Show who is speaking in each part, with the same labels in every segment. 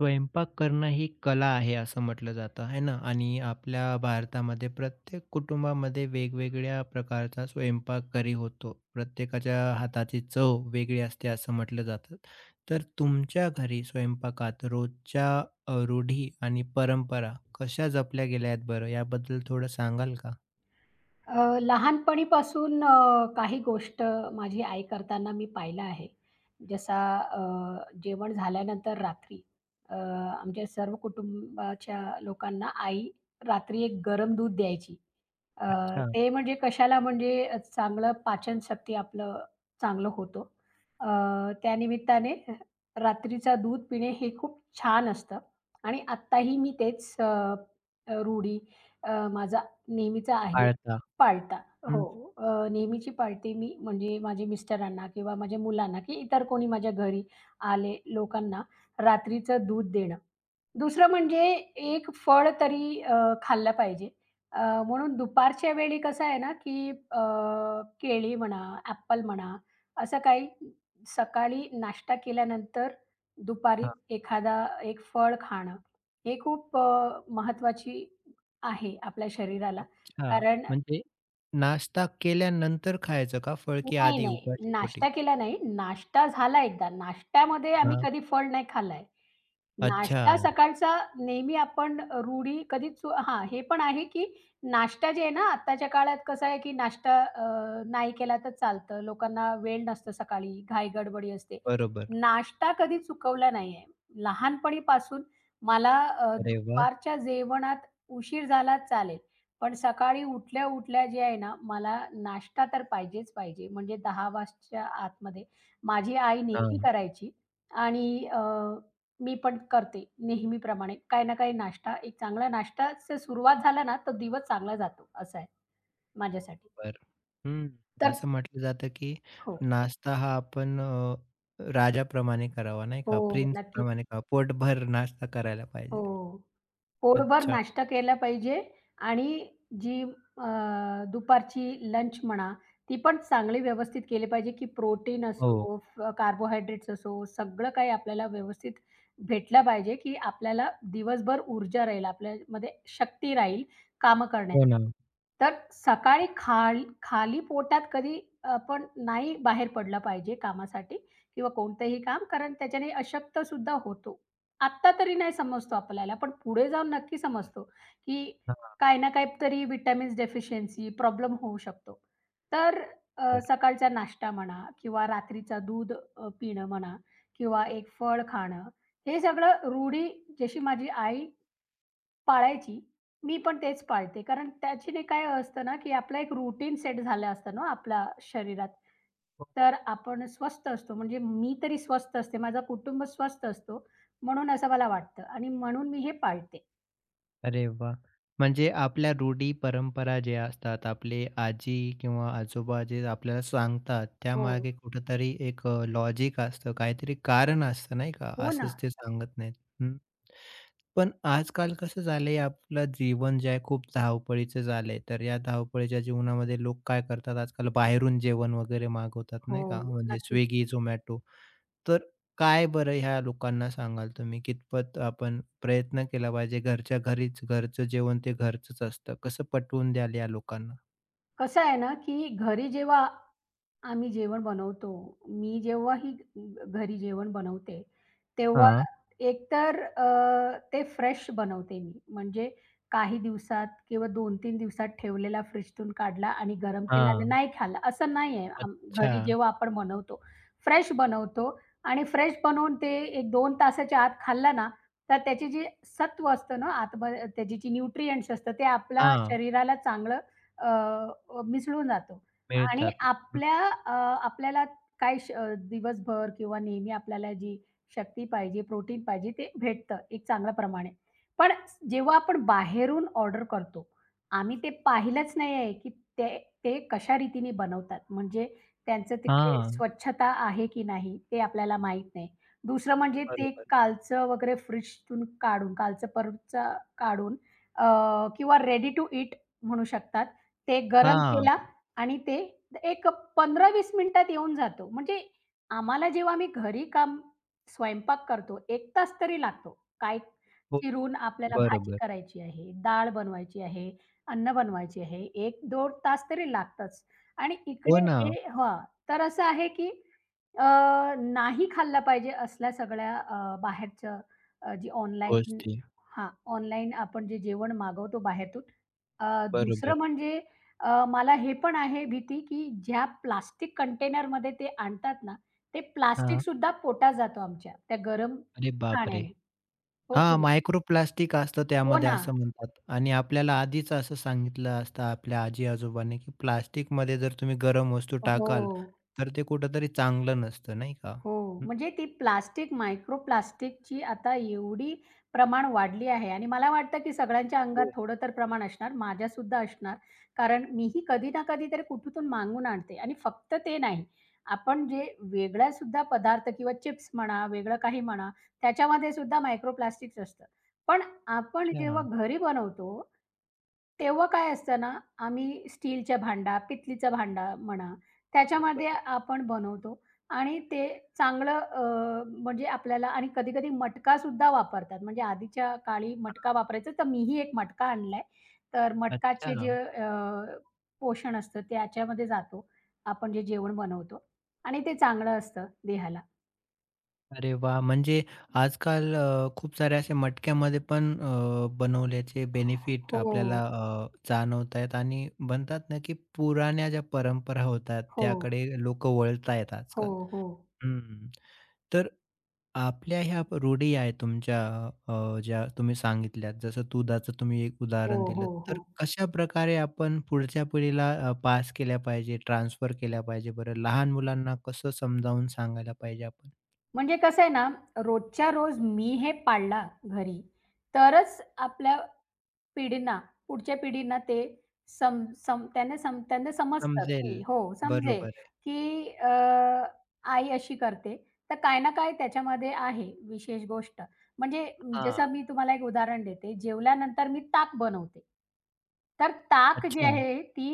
Speaker 1: स्वयंपाक करणं ही कला आहे असं म्हटलं जातं आहे ना. आणि आपल्या भारतामध्ये प्रत्येक कुटुंबामध्ये वेगवेगळ्या प्रकारचा स्वयंपाकघरी होतो. प्रत्येकाच्या हाताची चव वेगळी असते असं म्हटलं जातं. तर तुमच्या घरी स्वयंपाकात रोजच्या रूढी आणि परंपरा कशा जपल्या गेल्या आहेत बरं, याबद्दल थोडं सांगाल का?
Speaker 2: लहानपणीपासून काही गोष्ट माझी आई करताना मी पाहिलं आहे. जसा जेवण झाल्यानंतर रात्री आमच्या सर्व कुटुंबाच्या लोकांना आई रात्री एक गरम दूध द्यायची. अ,
Speaker 1: अच्छा.
Speaker 2: ते म्हणजे कशाला म्हणजे चांगलं पाचनशक्ती आपलं चांगलं होतं. अ, त्यानिमित्ताने रात्रीचा दूध पिणे हे खूप छान असतं आणि आत्ताही मी तेच रूढी माझा नेहमीचा आहे.
Speaker 1: पाळता?
Speaker 2: पाळता. हो.
Speaker 1: हं.
Speaker 2: नेहमीची पाळते मी म्हणजे माझ्या मिस्टरांना किंवा माझ्या मुलांना की इतर कोणी माझ्या घरी आले लोकांना रात्रीचं दूध देणं. दुसरं म्हणजे एक फळ तरी खाल्लं पाहिजे. म्हणून दुपारच्या वेळी कसं आहे ना, की केळी म्हणा, ॲपल म्हणा, असं काही सकाळी नाश्ता केल्यानंतर दुपारी एखादा एक फळ खाणं, हे खूप महत्त्वाची आहे आपल्या शरीराला.
Speaker 1: अच्छा.
Speaker 2: कारण
Speaker 1: म्हणजे नाश्ता केल्यानंतर खायचं का फळ, की
Speaker 2: नाही,
Speaker 1: आधी
Speaker 2: नाही.
Speaker 1: उपाशी पोटी?
Speaker 2: नाश्ता केला नाही. नाश्ता झाला एकदा. नाश्त्यामध्ये आम्ही
Speaker 1: हा.
Speaker 2: कधी फळ नाही खाल्लाय.
Speaker 1: अच्छा.
Speaker 2: नाश्ता सकाळचा नेहमी आपण रूढी कधीच हां, हे पण आहे की नाश्ता जे आहे ना, आत्ताच्या काळात कसं आहे की नाश्ता नाही केला तर चालतं. लोकांना वेळ नसतो सकाळी, घाई गडबडी असते.
Speaker 1: बरोबर.
Speaker 2: नाश्ता कधी चुकवला नाहीये. लहानपणीपासून मला
Speaker 1: अरे वाह!
Speaker 2: दुपारच्या जेवणात उशीर झाला चालेल. पण सकाळी उठल्या उठल्या जे आहे ना, मला नाश्ता तर पाहिजेच पाहिजे. म्हणजे 10 वाजताच्या आतमध्ये माझी आई नेहमी
Speaker 1: हां.
Speaker 2: करायची आणि मी पण करते नेहमीप्रमाणे काही ना काही नाश्ता. एक चांगला नाश्ताच सुरुवात झाला ना, तर दिवस चांगला जातो असं आहे माझ्यासाठी.
Speaker 1: बरं. हं.
Speaker 2: तर
Speaker 1: असं म्हटलं जातं, की
Speaker 2: हो.
Speaker 1: नाश्ता हा आपण राजाप्रमाणे करावा नाही का,
Speaker 2: हो, नक्की.
Speaker 1: प्रिन्सप्रमाणे करावा, पोटभर नाश्ता करायला पाहिजे.
Speaker 2: हो. पोटभर
Speaker 1: अच्छा.
Speaker 2: नाश्ता केला पाहिजे आणि जी दुपारची लंच म्हणा, ती पण चांगली व्यवस्थित केली पाहिजे, की प्रोटीन
Speaker 1: हो.
Speaker 2: असो, कार्बोहायड्रेट्स असो, सगळं काही आपल्याला व्यवस्थित भेटलं पाहिजे, की आपल्याला दिवसभर ऊर्जा राहील, आपल्यामध्ये शक्ती राहील कामं करण्याची.
Speaker 1: हो ना.
Speaker 2: तर सकाळी खाली पोटात कधी आपण नाही बाहेर पडलं पाहिजे कामासाठी किंवा कोणतंही काम, कारण त्याच्याने अशक्तसुद्धा होतो. आत्ता तरी नाही समजतो आपल्याला, पण पुढे जाऊन नक्की समजतो, की
Speaker 1: हां.
Speaker 2: काही ना काही तरी, व्हिटॅमिन्स डेफिशियन्सी प्रॉब्लेम होऊ शकतो. तर
Speaker 1: बरं.
Speaker 2: सकाळचा नाश्ता म्हणा किंवा रात्रीचा दूध पिणं म्हणा किंवा एक फळ खाणं, हे सगळं रूढी जशी माझी आई पाळायची. मी पण तेच पाळते. कारण त्याच्याने काय असतं ना, की आपलं एक रूटीन सेट झालं असतं ना आपल्या शरीरात.
Speaker 1: हो ना.
Speaker 2: तर आपण स्वस्थ असतो. म्हणजे मी तरी स्वस्थ असते. माझं कुटुंब स्वस्थ असतो. म्हणून असं मला वाटतं आणि म्हणून मी हे पाळते.
Speaker 1: अरे वाह! म्हणजे आपल्या रूढी परंपरा जे असतात, आपले आजी किंवा आजोबा जे आपल्याला सांगतात,
Speaker 2: हो.
Speaker 1: त्यामागे कुठेतरी एक लॉजिक असतं, काहीतरी कारण असतं नाही का,
Speaker 2: हो ना.
Speaker 1: असंच ते सांगत नाहीत. हं. पण आजकाल कसं झालंय, आपलं जीवन जे आहे खूप धावपळीचं झालंय. तर या धावपळीच्या जीवनामध्ये लोक काय करतात आजकाल? बाहेरून जेवण वगैरे मागवतात
Speaker 2: हो.
Speaker 1: नाही का? म्हणजे
Speaker 2: नक्कीच.
Speaker 1: Swiggy, Zomato. तर काय बरं ह्या लोकांना सांगाल तुम्ही? कितपत आपण प्रयत्न केला पाहिजे घरच्या घरीच? घरचं जेवण ते घरचंच असतं. कसं पटवून द्याल या लोकांना?
Speaker 2: कसं आहे ना, की घरी जेव्हा आम्ही जेवण बनवतो. मी जेव्हाही घरी जेवण बनवते, तेव्हा
Speaker 1: हां.
Speaker 2: एकतर ते फ्रेश बनवते मी. म्हणजे काही दिवसात किंवा 2-3 दिवसात ठेवलेला फ्रिजतून काढला आणि गरम केला आणि
Speaker 1: हां.
Speaker 2: नाही खाल्ला, असं नाही आहे.
Speaker 1: अच्छा.
Speaker 2: घरी जेव्हा आपण बनवतो, फ्रेश बनवतो आणि फ्रेश बनवून ते एक 2 तासाच्या आत खाल्ला ना, तर त्याची जी सत्व असतं ना आतमध्ये त्याची जी न्यूट्रिएंट्स असतं, ते आपल्या
Speaker 1: हां,
Speaker 2: शरीराला चांगलं मिसळून जातो. आणि
Speaker 1: मिळतात. हं.
Speaker 2: आपल्या अ, आपल्याला दिवसभर किंवा नेहमी आपल्याला जी शक्ती पाहिजे, प्रोटीन पाहिजे ते भेटतं एक चांगल्या प्रमाणे. पण जेव्हा आपण बाहेरून ऑर्डर करतो, आम्ही ते पाहिलंच नाही आहे, की ते ते कशा रीतीने बनवतात. म्हणजे त्यांचं तिकडे
Speaker 1: हां.
Speaker 2: स्वच्छता आहे की नाही ते आपल्याला माहीत नाही. दुसरं म्हणजे ते
Speaker 1: बरोबर.
Speaker 2: कालचं वगैरे फ्रिजतून काढून, कालचं परवाचं काढून किंवा रेडी टू ईट म्हणू शकतात. ते गरम
Speaker 1: हां.
Speaker 2: केला आणि ते एक 15-20 मिनिटात येऊन जातो. म्हणजे आम्हाला जेव्हा मी घरी काम स्वयंपाक करतो, एक तास तरी लागतो. काय
Speaker 1: हो.
Speaker 2: चिरून आपल्याला भाजी
Speaker 1: बरोबर.
Speaker 2: करायची आहे, डाळ बनवायची आहे, अन्न बनवायची आहे. एक 2 तास तरी लागतच आणि
Speaker 1: हो
Speaker 2: इकडे
Speaker 1: ना.
Speaker 2: हे हां, तर असं आहे की अ, नाही खाल्लं पाहिजे असल्या सगळ्या बाहेरचं जी ऑनलाईन
Speaker 1: गोष्टी.
Speaker 2: हां, ऑनलाईन आपण जे जेवण मागवतो बाहेरून. दुसरं
Speaker 1: बरोबर.
Speaker 2: म्हणजे मला हे पण आहे भीती, की ज्या प्लास्टिक कंटेनरमध्ये ते आणतात ना, ते प्लास्टिक
Speaker 1: हां.
Speaker 2: सुद्धा पोटात जातो आमच्या, त्या गरम
Speaker 1: अरे बापरे!
Speaker 2: खाण्याने. हो की
Speaker 1: हां,
Speaker 2: नाही?
Speaker 1: मायक्रोप्लास्टिक असतं
Speaker 2: हो
Speaker 1: त्यामध्ये
Speaker 2: ना.
Speaker 1: असं म्हणतात. आणि आपल्याला आधीच असं सांगितलं असतं आपल्या आजी-आजोबांनी, की प्लास्टिकमध्ये जर तुम्ही गरम वस्तू
Speaker 2: हो.
Speaker 1: टाकाल, तर ते कुठेतरी चांगलं नसतं नाही का?
Speaker 2: हो,
Speaker 1: हं.
Speaker 2: म्हणजे ती प्लास्टिक, मायक्रो प्लास्टिकची आता एवढी प्रमाण वाढली आहे आणि मला वाटतं की सगळ्यांच्या अंगात
Speaker 1: हो.
Speaker 2: थोडं तर प्रमाण असणार, माझ्यासुद्धा असणार. कारण मीही कधी ना कधीतरी कुठून मागवून आणते आणि फक्त ते नाही, आपण जे वेगळ्यासुद्धा पदार्थ किंवा चिप्स म्हणा, वेगळं काही म्हणा, त्याच्यामध्ये सुद्धा मायक्रो प्लास्टिक्स असतं. पण आपण
Speaker 1: अच्छा.
Speaker 2: जेव्हा घरी बनवतो, तेव्हा काय असतं ना, आम्ही स्टीलच्या भांडा, पितलीचा भांडा म्हणा,
Speaker 1: बरोबर
Speaker 2: त्याच्यामध्ये
Speaker 1: आहे.
Speaker 2: आपण बनवतो. आणि ते चांगलं म्हणजे आपल्याला आणि कधी-कधी मटकासुद्धा वापरतात. म्हणजे आधीच्या काळी मटका वापरायचा, तर मीही एक मटका आणलाय. तर मटकाचे
Speaker 1: अच्छा.
Speaker 2: जे अ, पोषण असतं त्याच्यामध्ये जातो. आपण जे जेवण बनवतो आणि ते चांगलं असतं देहाला.
Speaker 1: अरे वाह! म्हणजे आजकाल खूप सारे असे मटक्यामध्ये पण बनवल्याचे बेनिफिट
Speaker 2: हो,
Speaker 1: आपल्याला जाणवतायत. आणि म्हणतात ना, की पुराण्या ज्या परंपरा होतात
Speaker 2: हो,
Speaker 1: त्याकडे लोकं वळतायत
Speaker 2: हो,
Speaker 1: आजकाल.
Speaker 2: हो,
Speaker 1: हं. तर आपल्या ह्या प रूढी आहेत तुमच्या, ज्या तुम्ही सांगितल्यात, जसं दुधाचं तुम्ही एक
Speaker 2: हो,
Speaker 1: उदाहरण
Speaker 2: हो,
Speaker 1: दिलं. तर
Speaker 2: हो.
Speaker 1: कशाप्रकारे आपण पुढच्या पिढीला पास केल्या पाहिजे, ट्रान्सफर केल्या पाहिजे बरं? लहान मुलांना कसं समजावून सांगायला पाहिजे आपण?
Speaker 2: म्हणजे कसं आहे ना, रोजच्या रोज मी हे पाळला घरी, तरच आपल्या पिढींना, पुढच्या पिढींना ते सम सम त्यांना सम त्यांना समजतं, की
Speaker 1: समजेल.
Speaker 2: हो, समजेल,
Speaker 1: बरोबर आहे.
Speaker 2: की आई अशी करते. तर काही ना काही त्याच्यामध्ये आहे विशेष गोष्ट. म्हणजे
Speaker 1: हां.
Speaker 2: जसं मी तुम्हाला एक उदाहरण देते. जेवल्यानंतर मी ताक बनवते. तर ताक जी
Speaker 1: अच्छा.
Speaker 2: आहे ती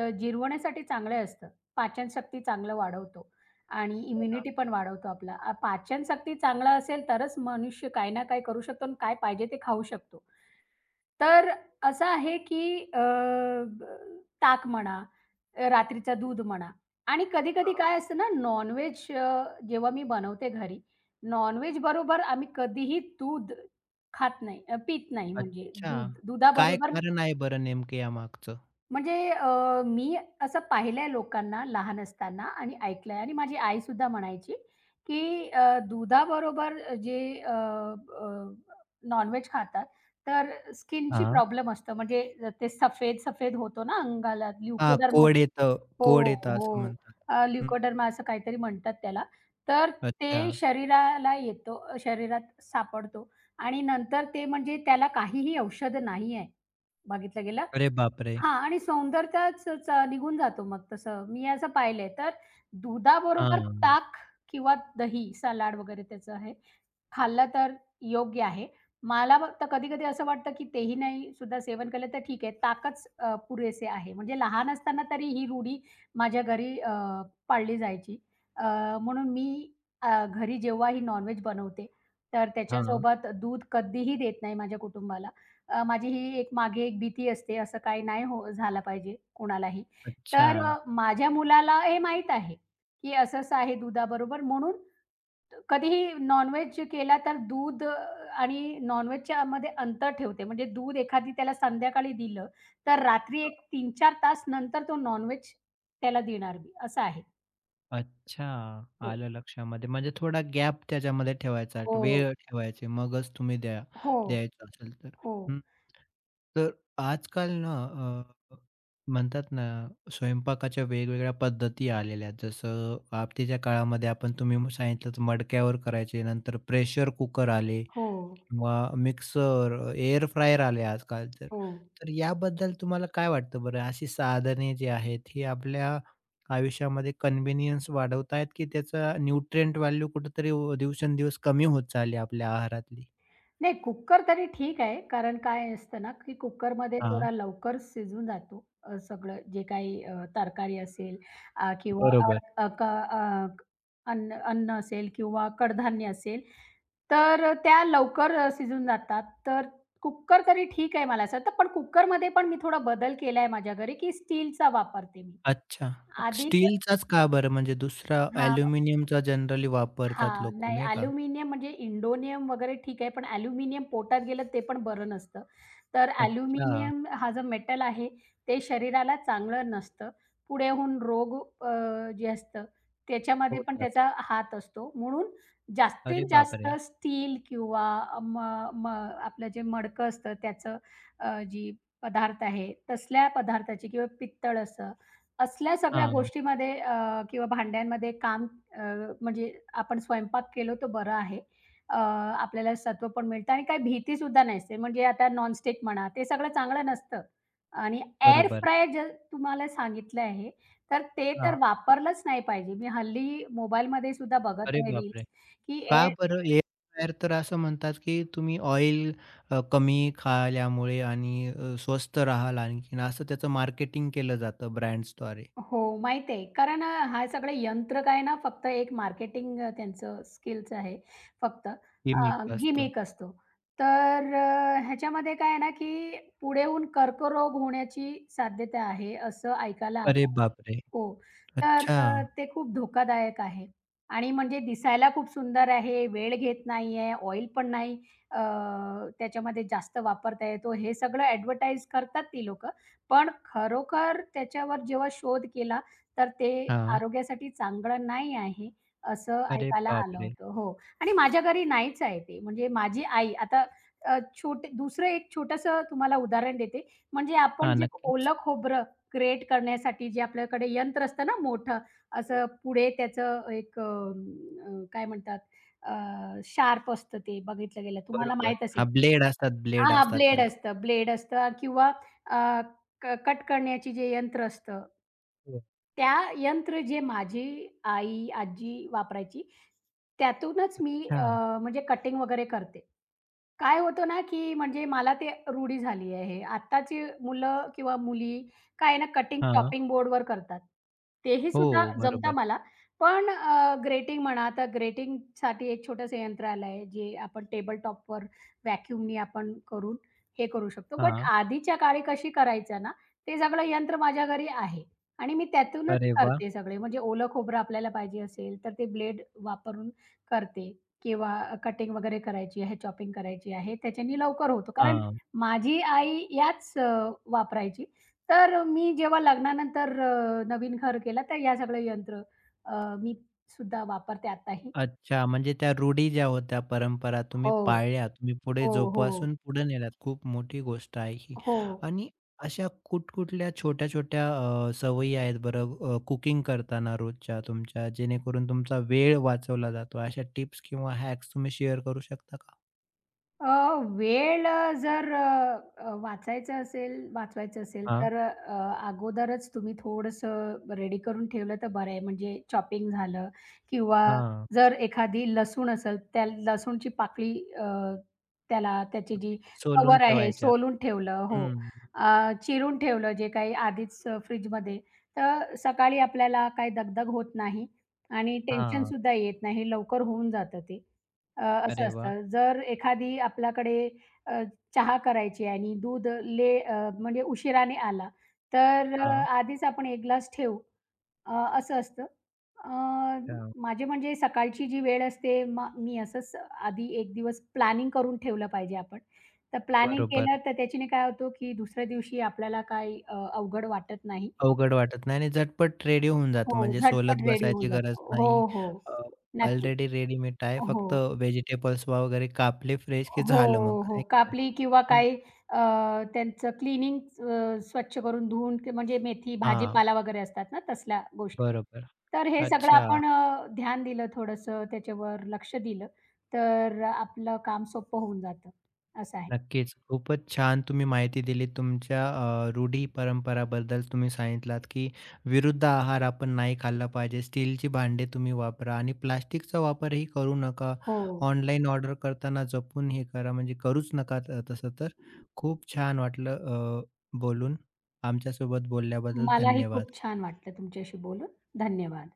Speaker 2: जिरवण्यासाठी चांगलं असतं. पाचनशक्ती चांगलं वाढवतो आणि
Speaker 1: हो ना.
Speaker 2: इम्युनिटी पण वाढवतो आपला. पाचनशक्ती चांगलं असेल तरच मनुष्य काही ना काही करू शकतो आणि काय पाहिजे ते खाऊ शकतो. तर असं आहे, की ताक म्हणा, रात्रीचं दूध म्हणा आणि कधी-कधी
Speaker 1: हां.
Speaker 2: काय असतं ना, नॉन-व्हेज जेव्हा मी बनवते घरी, नॉन बरोबर आम्ही कधीही दूध खात नाही, पीत नाही म्हणजे
Speaker 1: अच्छा.
Speaker 2: दूध
Speaker 1: काय
Speaker 2: दुधाबरोबर
Speaker 1: कारण आहे बरं नेमकं यामागचं?
Speaker 2: म्हणजे मी असं पाहिलंय लोकांना लहान असताना आणि ऐकलंय आणि माझी आईसुद्धा म्हणायची, की दुधाबरोबर जे अ, अ, नॉन खातात, तर स्किनची
Speaker 1: हां.
Speaker 2: प्रॉब्लेम असतो. म्हणजे ते सफेद-सफेद होतो ना अंगाला
Speaker 1: हां,
Speaker 2: ल्युकोडर्मा
Speaker 1: कोड येतं.
Speaker 2: हो,
Speaker 1: कोड येतं
Speaker 2: हो,
Speaker 1: असं
Speaker 2: हो.
Speaker 1: म्हणतात. हं.
Speaker 2: ल्युकोडर्मा असं काहीतरी म्हणतात त्याला. तर
Speaker 1: अच्छा.
Speaker 2: ते शरीराला येतो, शरीरात सापडतो आणि नंतर ते म्हणजे त्याला काहीही औषध नाही आहे, बघितलं गेलं
Speaker 1: अरे बापरे!
Speaker 2: हां आणि सौंदर्याच चा निघून जातो मग तसं. मी असं पाहिलंय. तर दुधाबरोबर
Speaker 1: हां.
Speaker 2: ताक किंवा दही, सलाड वगैरे त्याचं आहे, खाल्लं तर योग्य आहे. मला फक्त कधी-कधी असं वाटतं, की तेही नाही सुद्धा सेवन केलं तर ठीक आहे. ताकच पुरेसे आहे. म्हणजे लहान असताना तरी ही रूढी माझ्या घरी पाळली जायची. अ, म्हणून मी घरी जेव्हा ही नॉन बनवते, तर
Speaker 1: हां.
Speaker 2: त्याच्यासोबत दूध कधीही देत नाही माझ्या कुटुंबाला. माझी ही एक मागे एक भीती असते, असं काही नाही हो झालं पाहिजे कोणालाही.
Speaker 1: अच्छा.
Speaker 2: तर माझ्या मुलाला हे माहीत आहे, की असं-असं आहे दुधाबरोबर म्हणून कधीही नॉन केला तर दूध आणि नॉन-व्हेजच्यामध्ये अंतर ठेवते. म्हणजे दूध एखादी त्याला संध्याकाळी दिलं, तर रात्री
Speaker 1: हां.
Speaker 2: एक 3-4 तास नंतर तो नॉन त्याला देणार मी, असं आहे.
Speaker 1: अच्छा.
Speaker 2: हो.
Speaker 1: आलं लक्षामध्ये. म्हणजे थोडा गॅप त्याच्यामध्ये ठेवायचा,
Speaker 2: हो,
Speaker 1: वेळ ठेवायची मगच तुम्ही द्या,
Speaker 2: हो,
Speaker 1: द्यायचं असेल तर.
Speaker 2: हो,
Speaker 1: हं. तर आजकाल ना, म्हणतात ना, स्वयंपाकाच्या वेगवेगळ्या पद्धती आलेल्या आहेत. जसं आपतीच्या काळामध्ये आपण तुम्ही सांगितलंच मडक्यावर करायचे, नंतर प्रेशर कुकर आले
Speaker 2: हो,
Speaker 1: किंवा मिक्सर, एअर फ्रायर आले आजकाल तर.
Speaker 2: हो.
Speaker 1: तर याबद्दल तुम्हाला काय वाटतं बरं? अशी साधने जी आहेत, ही आपल्या आयुष्यामध्ये कन्व्हिनियन्स वाढवतायत, की त्याचा न्यूट्रिएंट व्हॅल्यू कुठेतरी दिवसेंदिवस कमी होत चालली आपल्या आहारातली?
Speaker 2: नाही कुकर तरी ठीक आहे. कारण काय असतं ना, की कुकरमध्ये
Speaker 1: हां,
Speaker 2: थोडा लवकर शिजून जातो सगळं जे काही तरकारी असेल अ, किंवा अ,
Speaker 1: बरोबर.
Speaker 2: अ, क अ, क- अन्न अन्न असेल किंवा कडधान्य असेल, तर त्या लवकर शिजून जातात. तर कुकर तरी ठीक आहे मला असं वाटतं. पण कुकरमध्ये पण मी थोडा बदल केला आहे माझ्या घरी, की स्टीलचा वापरते मी.
Speaker 1: अच्छा.
Speaker 2: आधी
Speaker 1: स्टीलचाच का बरं? म्हणजे दुसरा
Speaker 2: हां.
Speaker 1: अॅल्युमिनियमचा जनरली वापरतात
Speaker 2: हां,
Speaker 1: लोकं
Speaker 2: नाही
Speaker 1: नाही का?
Speaker 2: अॅल्युमिनियम म्हणजे इंडोनियम वगैरे ठीक आहे, पण अॅल्युमिनियम पोटात गेलं ते पण बरं नसतं. तर
Speaker 1: अच्छा.
Speaker 2: अॅल्युमिनियम हा जो मेटल आहे, ते शरीराला चांगलं नसतं. पुढे होऊन रोग अ, जे असतं त्याच्यामध्ये पण
Speaker 1: होतात.
Speaker 2: त्याचा हात असतो. म्हणून जास्तीत
Speaker 1: अरे
Speaker 2: जास्त
Speaker 1: बापरे!
Speaker 2: स्टील किंवा म म आपलं जे मडकं असतं त्याचं जी पदार्थ आहे, तसल्या पदार्थाची किंवा पित्तळ असं, असल्या सगळ्या
Speaker 1: हां,
Speaker 2: गोष्टीमध्ये किंवा भांड्यांमध्ये म्हणजे आपण स्वयंपाक केलो तो बरा आहे. आपल्याला सत्व पण मिळतं आणि काही भीतीसुद्धा नसते. म्हणजे आता नॉनस्टिक म्हणा, ते सगळं चांगलं नसतं आणि एअर बरोबर.
Speaker 1: बरोबर.
Speaker 2: फ्रायर जर तुम्हाला सांगितलं आहे, तर ते तर
Speaker 1: हां.
Speaker 2: वापरलंच नाही पाहिजे. मी हल्ली मोबाईलमध्ये सुद्धा बघत
Speaker 1: अरे
Speaker 2: आहे रील्स,
Speaker 1: बापरे!
Speaker 2: की
Speaker 1: का बरं? एअर फ्रायर तर असं म्हणतात, की तुम्ही ऑइल कमी खाल्यामुळे आणि स्वस्त राहाल आणखीन, असं त्याचं मार्केटिंग केलं जातं ब्रँड्सद्वारे.
Speaker 2: हो, माहिती आहे. कारण हा सगळं यंत्र काय ना फक्त एक मार्केटिंग त्यांचं स्किल्स आहे फक्त
Speaker 1: केमिक असतं.
Speaker 2: गिमिक असतो. तर ह्याच्यामध्ये काय आहे ना, की पुढे होऊन कर्करोग होण्याची साध्यता आहे असं ऐकायला
Speaker 1: अरे
Speaker 2: आलं
Speaker 1: बापरे!
Speaker 2: हो. तर
Speaker 1: अच्छा.
Speaker 2: ते खूप धोकादायक आहे आणि म्हणजे दिसायला खूप सुंदर आहे, वेळ घेत नाहीये, ऑइल पण नाही अ, त्याच्यामध्ये जास्त वापरता येतो. हे सगळं ॲडव्हर्टाइज करतात ती लोकं. पण खरोखर त्याच्यावर जेव्हा शोध केला, तर ते
Speaker 1: हां.
Speaker 2: आरोग्यासाठी चांगलं नाही आहे, असं
Speaker 1: अरे
Speaker 2: ऐकायला आलं
Speaker 1: बापरे!
Speaker 2: होतं. हो आणि माझ्या घरी नाहीच आहे ते. म्हणजे माझी आई आता अ, छोटे दुसरं एक छोटंसं तुम्हाला उदाहरण देते. म्हणजे आपण
Speaker 1: हां,
Speaker 2: जे
Speaker 1: नक्कीच.
Speaker 2: ओलं खोबरं क्रिएट करण्यासाठी जे आपल्याकडे यंत्र असतं ना मोठं,
Speaker 1: हो.
Speaker 2: असं पुढे त्याचं एक काय म्हणतात शार्प असतं ते बघितलं गेलं तुम्हाला
Speaker 1: बरोबर.
Speaker 2: माहीत असेल.
Speaker 1: हां, ब्लेड असतात, ब्लेड
Speaker 2: हां,
Speaker 1: असतात त्याला.
Speaker 2: ब्लेड असतं किंवा अ, क कट करण्याची जे यंत्र असतं,
Speaker 1: हो.
Speaker 2: त्या यंत्र जे माझी आई, आजी वापरायची त्यातूनच मी
Speaker 1: अच्छा.
Speaker 2: म्हणजे कटिंग वगैरे करते. काय होतं ना, की म्हणजे मला ते रूढी झाली आहे. आत्ताची मुलं किंवा मुली काय आहे ना, कटिंग
Speaker 1: हां.
Speaker 2: चॉपिंग बोर्डवर करतात. तेही सुद्धा
Speaker 1: हो.
Speaker 2: जमतं
Speaker 1: बरोबर.
Speaker 2: मला. पण ग्रेटिंग म्हणा, तर ग्रेटिंगसाठी एक छोटंसं यंत्र आलं आहे, जे आपण टेबल टॉपवर व्हॅक्यूमनी आपण करून हे करू शकतो. बट
Speaker 1: हां.
Speaker 2: आधीच्या काळी कशी करायचं ना, ते सगळं यंत्र माझ्या घरी आहे आणि मी त्यातूनच
Speaker 1: अरे वाह!
Speaker 2: करते सगळे. म्हणजे ओलं खोबरं आपल्याला पाहिजे असेल, तर ते ब्लेड वापरून करते किंवा कटिंग वगैरे करायची आहे, चॉपिंग करायची आहे, त्याच्याने लवकर होतो. कारण
Speaker 1: हां.
Speaker 2: माझी आई याच वापरायची. तर मी जेव्हा लग्नानंतर नवीन घर केलं, तर या सगळं यंत्र अ, मी सुद्धा वापरते आत्ताही.
Speaker 1: अच्छा, म्हणजे त्या रूढी ज्या होत्या, परंपरा तुम्ही
Speaker 2: हो.
Speaker 1: पाळल्या, तुम्ही पुढे
Speaker 2: हो, हो.
Speaker 1: जोपासून पुढे नेल्यात. खूप मोठी गोष्ट आहे ही.
Speaker 2: हो.
Speaker 1: आणि अशा कुठ-कुठल्या छोट्या-छोट्या सवयी आहेत बरं, कुकिंग करताना रोजच्या तुमच्या, जेणेकरून तुमचा वेळ वाचवला जातो? अशा टिप्स किंवा हॅक्स तुम्ही शेअर करू शकता का?
Speaker 2: अ, वेळ अ, जर अ, अ, वाचायचं असेल वाचवायचं असेल
Speaker 1: हां.
Speaker 2: तर अगोदरच तुम्ही थोडंसं रेडी करून ठेवलं तर बरं आहे. म्हणजे चॉपिंग झालं किंवा
Speaker 1: हां.
Speaker 2: जर एखादी लसूण असेल, त्या लसूणची पाकळी अ, त्याला त्याची जी
Speaker 1: तुम्ही सोलून
Speaker 2: कव्हर आहे
Speaker 1: ठेवायच्या.
Speaker 2: सोलून ठेवलं हो.
Speaker 1: हं.
Speaker 2: चिरून ठेवलं जे काही आधीच फ्रिजमध्ये तर सकाळी आपल्याला काही दगदग होत नाही आणि हं.
Speaker 1: हां.
Speaker 2: टेन्शनसुद्धा येत नाही. लवकर होऊन जातं ते. असं
Speaker 1: अरे वाह!
Speaker 2: असतं. जर एखादी आपल्याकडे अ, चहा करायची आहे आणि दूध म्हणजे उशिराने आला, तर
Speaker 1: हां.
Speaker 2: आधीच आपण 1 ग्लास ठेवू अ, असं असतं. अ,
Speaker 1: त्या.
Speaker 2: माझे म्हणजे सकाळची जी वेळ असते मी असंच आधी 1 दिवस प्लॅनिंग करून ठेवलं पाहिजे आपण. तर प्लॅनिंग केलं
Speaker 1: बरोबर.
Speaker 2: तर त्याच्याने काय होतं, की दुसऱ्या दिवशी आपल्याला काही अवघड वाटत नाही.
Speaker 1: अवघड वाटत नाही आणि झटपट रेडी होऊन
Speaker 2: हो,
Speaker 1: जातं. म्हणजे
Speaker 2: झटपट
Speaker 1: सोलत
Speaker 2: रेडी होऊन
Speaker 1: बसायची गरज
Speaker 2: जातो. हो,
Speaker 1: नाही.
Speaker 2: हो.
Speaker 1: अ,
Speaker 2: नक्की.
Speaker 1: ऑलरेडी रेडीमेड आहे.
Speaker 2: हो.
Speaker 1: फक्त व्हेजिटेबल्स वगैरे कापले फ्रेश की
Speaker 2: हो,
Speaker 1: झालं मग,
Speaker 2: हो.
Speaker 1: नाही का?
Speaker 2: कापली किंवा
Speaker 1: हं.
Speaker 2: काही अ, त्यांचं क्लीनिंग स्वच्छ करून धुवून की म्हणजे मेथी, हं.
Speaker 1: हां,
Speaker 2: भाजीपाला वगैरे असतात ना तसल्या गोष्टी.
Speaker 1: बरोबर.
Speaker 2: तर हे सगळं
Speaker 1: अच्छा.
Speaker 2: आपण ध्यान दिलं थोडंसं त्याच्यावर लक्ष दिलं, तर आपलं काम सोपं होऊन जातं, असं आहे.
Speaker 1: नक्कीच. खूपच छान तुम्ही माहिती दिली. तुमच्या रूढी परंपराबद्दल तुम्ही सांगितलात, की विरुद्ध आहार आपण नाही खाल्ला पाहिजे. स्टीलची भांडे तुम्ही वापरा आणि प्लास्टिकचा वापरही करू नका.
Speaker 2: हो.
Speaker 1: ऑनलाईन ऑर्डर करताना जपून हे करा, म्हणजे करूच नका त तसं तर. खूप छान वाटलं बोलून. आमच्यासोबत बोलल्याबद्दल
Speaker 2: मलाही खूप
Speaker 1: धन्यवाद.
Speaker 2: छान वाटलं तुमच्याशी बोलून. धन्यवाद.